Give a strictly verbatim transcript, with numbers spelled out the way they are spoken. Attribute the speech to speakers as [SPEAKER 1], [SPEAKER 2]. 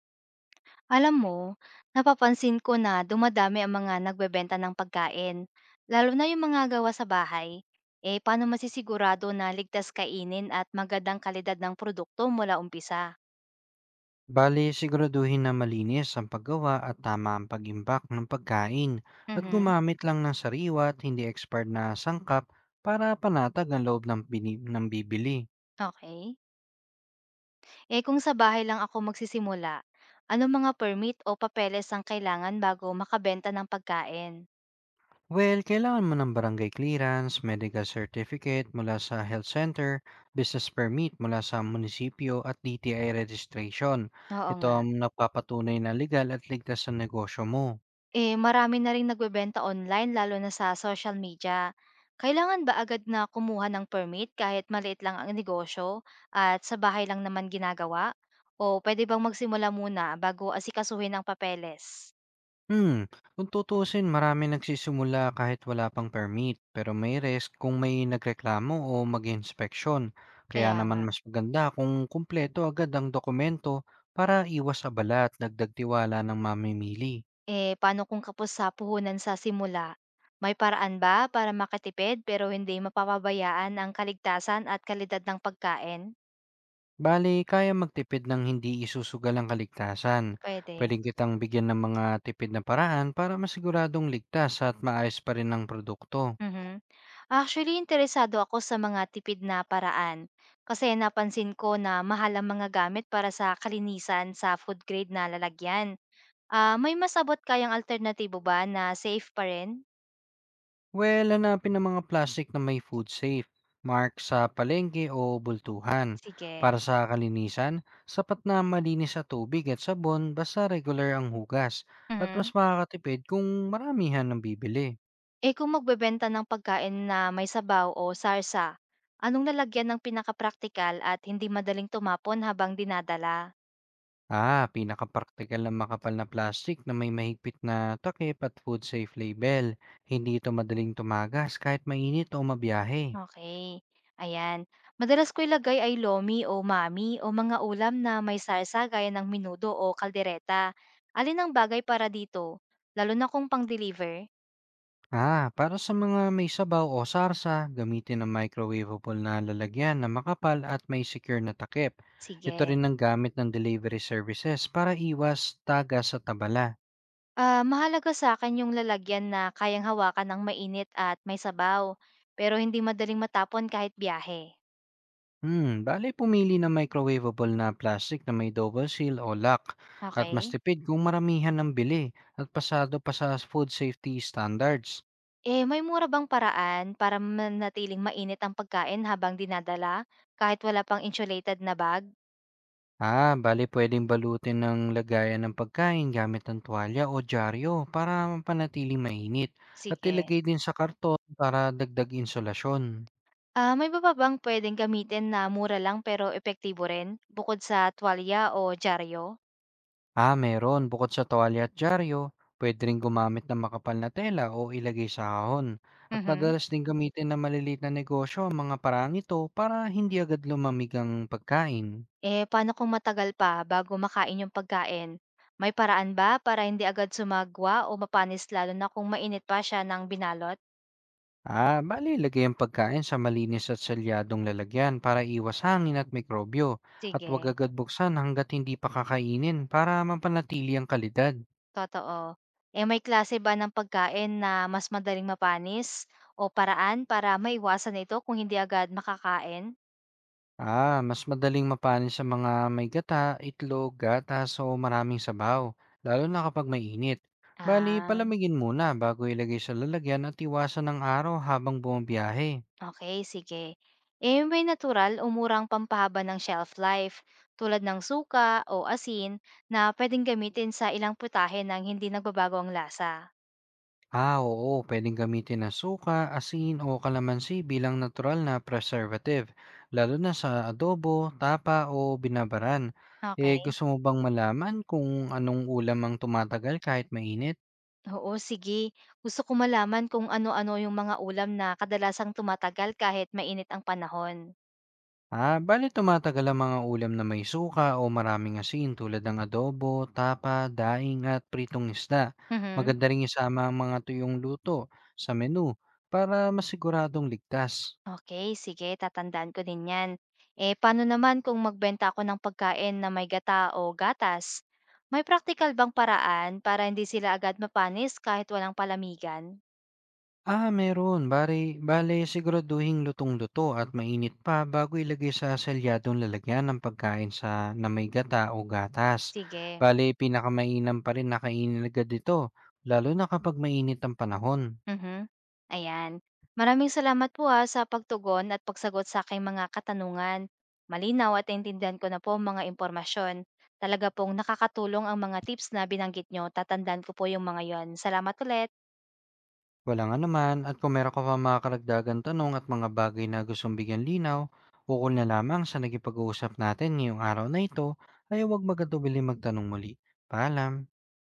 [SPEAKER 1] Alam mo, napapansin ko na dumadami ang mga nagbebenta ng pagkain, lalo na yung mga gawa sa bahay. Eh, paano masisigurado na ligtas kainin at magandang kalidad ng produkto mula umpisa?
[SPEAKER 2] Bali, siguraduhin na malinis ang paggawa at tama ang pag-imbak ng pagkain at
[SPEAKER 1] Mhm.
[SPEAKER 2] gumamit lang ng sariwa at hindi expired na sangkap para panatag ang loob ng, bini- ng bibili.
[SPEAKER 1] Okay. Eh, kung sa bahay lang ako magsisimula, ano mga permit o papeles ang kailangan bago makabenta ng pagkain?
[SPEAKER 2] Well, kailangan mo ng barangay clearance, medical certificate mula sa health center, business permit mula sa munisipyo at D T I registration.
[SPEAKER 1] Oo
[SPEAKER 2] Ito
[SPEAKER 1] nga.
[SPEAKER 2] ang nagpapatunay na legal at ligtas sa negosyo mo.
[SPEAKER 1] Eh, marami na ring nagbebenta online lalo na sa social media. Kailangan ba agad na kumuha ng permit kahit maliit lang ang negosyo at sa bahay lang naman ginagawa? O pwede bang magsimula muna bago asikasuhin ang papeles?
[SPEAKER 2] Hmm, kung tutuusin marami nagsisimula kahit wala pang permit, pero may risk kung may nagreklamo o mag-inspeksyon. Kaya
[SPEAKER 1] Kaya
[SPEAKER 2] naman
[SPEAKER 1] nga,
[SPEAKER 2] mas maganda kung kumpleto agad ang dokumento para iwas abala at dagdag tiwala ng mamimili.
[SPEAKER 1] eh paano kung kapos sa puhunan sa simula? May paraan ba para makatipid pero hindi mapapabayaan ang kaligtasan at kalidad ng pagkain?
[SPEAKER 2] Bale, kaya magtipid ng hindi isusugal ang kaligtasan.
[SPEAKER 1] Pwede.
[SPEAKER 2] Pwede kitang bigyan ng mga tipid na paraan para masiguradong ligtas at maayos pa rin ang produkto.
[SPEAKER 1] Mhm. Actually, interesado ako sa mga tipid na paraan kasi napansin ko na mahal ang mga gamit para sa kalinisan sa food grade na lalagyan. Ah, may masabot abot kayang alternatibo ba na safe pa rin?
[SPEAKER 2] Well, hanapin ng mga plastic na may food safe, mark sa palengke o bultuhan.
[SPEAKER 1] Sige.
[SPEAKER 2] Para sa kalinisan, sapat na malinis sa tubig at sabon basta regular ang hugas at
[SPEAKER 1] Mhm.
[SPEAKER 2] mas makakatipid kung maramihan ang bibili.
[SPEAKER 1] Eh kung magbebenta ng pagkain na may sabaw o sarsa, anong lalagyan ng pinaka-practical at hindi madaling tumapon habang dinadala?
[SPEAKER 2] Ah, pinakapraktikal na makapal na plastic na may mahigpit na takip at food safe label. Hindi ito madaling tumagas kahit mainit o mabiyahe.
[SPEAKER 1] Okey, ayan. Madalas ko ilagay ay lomi o mami o mga ulam na may salsa gaya ng minudo o kaldereta. Alin ang bagay para dito? Lalo na kung pang-deliver?
[SPEAKER 2] Ah, para sa mga may sabaw o sarsa, gamitin ang microwavable na lalagyan na makapal at may secure na takip. Ito
[SPEAKER 1] Sige.
[SPEAKER 2] rin ang gamit ng delivery services para iwas taga sa tabala.
[SPEAKER 1] Ah, mahalaga sa akin yung lalagyan na kayang hawakan ng mainit at may sabaw, pero hindi madaling matapon kahit biyahe.
[SPEAKER 2] Hmm, bale pumili ng microwavable na plastic na may double seal o lock at mas
[SPEAKER 1] Okay.
[SPEAKER 2] tipid kung maramihan ng bili at pasado pa sa food safety standards.
[SPEAKER 1] Eh, may mura bang paraan para manatiling mainit ang pagkain habang dinadala kahit wala pang insulated na bag?
[SPEAKER 2] Ah, bale puwedeng balutin ng lagayan ng pagkain gamit ang tuwalya o dyaryo para mapanatiling mainit at
[SPEAKER 1] Sige.
[SPEAKER 2] ilagay din sa karton para dagdag insulasyon.
[SPEAKER 1] Ah, may iba pa bang puwedeng gamitin na mura lang pero epektibo rin, bukod sa tuwalya o dyaryo?
[SPEAKER 2] Ah, meron. Bukod sa tuwalya at dyaryo, pwede rin gumamit ng makapal na tela o ilagay sa hahon. At
[SPEAKER 1] Mhm.
[SPEAKER 2] madalas din gamitin ng maliliit na negosyo ang mga paraang ito para hindi agad lumamig ang pagkain.
[SPEAKER 1] Eh, paano kung matagal pa bago makain yung pagkain? May paraan ba para hindi agad sumagwa o mapanis lalo na kung mainit pa siya ng binalot?
[SPEAKER 2] Ah, bali lagay ang pagkain sa malinis at selyadong lalagyan para iwas hangin at mikrobyo at huwag
[SPEAKER 1] Sige,
[SPEAKER 2] agad buksan hanggat hindi pa kakainin para mapanatili ang kalidad.
[SPEAKER 1] totoo. Eh, may klase ba ng pagkain na mas madaling mapanis o paraan para maiwasan ito kung hindi agad makakain?
[SPEAKER 2] Ah, mas madaling mapanin sa mga may gata, itlog, gatas o maraming sabaw, lalo na kapag mainit. Bali,
[SPEAKER 1] Ah.
[SPEAKER 2] palamigin muna bago ilagay sa lalagyan at iwasan ng araw habang bumabiyahe.
[SPEAKER 1] Okay, sige. Eh, may natural o murang pampahaba ng shelf life tulad ng suka o asin na pwedeng gamitin sa ilang putahe ng hindi nagbabago ang lasa.
[SPEAKER 2] Ah, oo, pwedeng gamitin na suka, asin o kalamansi bilang natural na preservative, lalo na sa adobo, tapa o binabaran. Eh,
[SPEAKER 1] Okay.
[SPEAKER 2] gusto mo bang malaman kung anong ulam ang tumatagal kahit mainit?
[SPEAKER 1] Oo, sige. Gusto ko malaman kung ano-ano yung mga ulam na kadalasang tumatagal kahit mainit ang panahon.
[SPEAKER 2] Ah, bali tumatagal ang mga ulam na may suka o maraming asin tulad ng adobo, tapa, daing at pritong isda.
[SPEAKER 1] Mhm.
[SPEAKER 2] Maganda rin isama ang mga tuyong luto sa menu para masiguradong ligtas.
[SPEAKER 1] Okay, sige tatandaan ko din 'yan. Eh, paano naman kung magbenta ako ng pagkain na may gata o gatas? May practical bang paraan para hindi sila agad mapanis kahit walang palamigan?
[SPEAKER 2] Ah, meron. Bale, bale siguraduhing lutong-luto at mainit pa bago ilagay sa selyadong lalagyan ng pagkain sa na may gata o gatas.
[SPEAKER 1] Sige,
[SPEAKER 2] Bale, pinakamainam pa rin na kainin agad ito, lalo na kapag mainit ang panahon.
[SPEAKER 1] mhm, ayan. Maraming salamat po, ah, sa pagtugon at pagsagot sa aking mga katanungan. Malinaw at naintindihan ko na po ang mga impormasyon. Talaga pong nakakatulong ang mga tips na binanggit niyo, tatandaan ko po yung mga 'yon. Salamat ulit.
[SPEAKER 2] Wala nga naman, at kung meron ka pa mga karagdagan tanong at mga bagay na gustong bigyan linaw, ukol na lamang sa nagipag-uusap natin ngayong araw na ito, ay huwag magatubili magtanong muli. Paalam!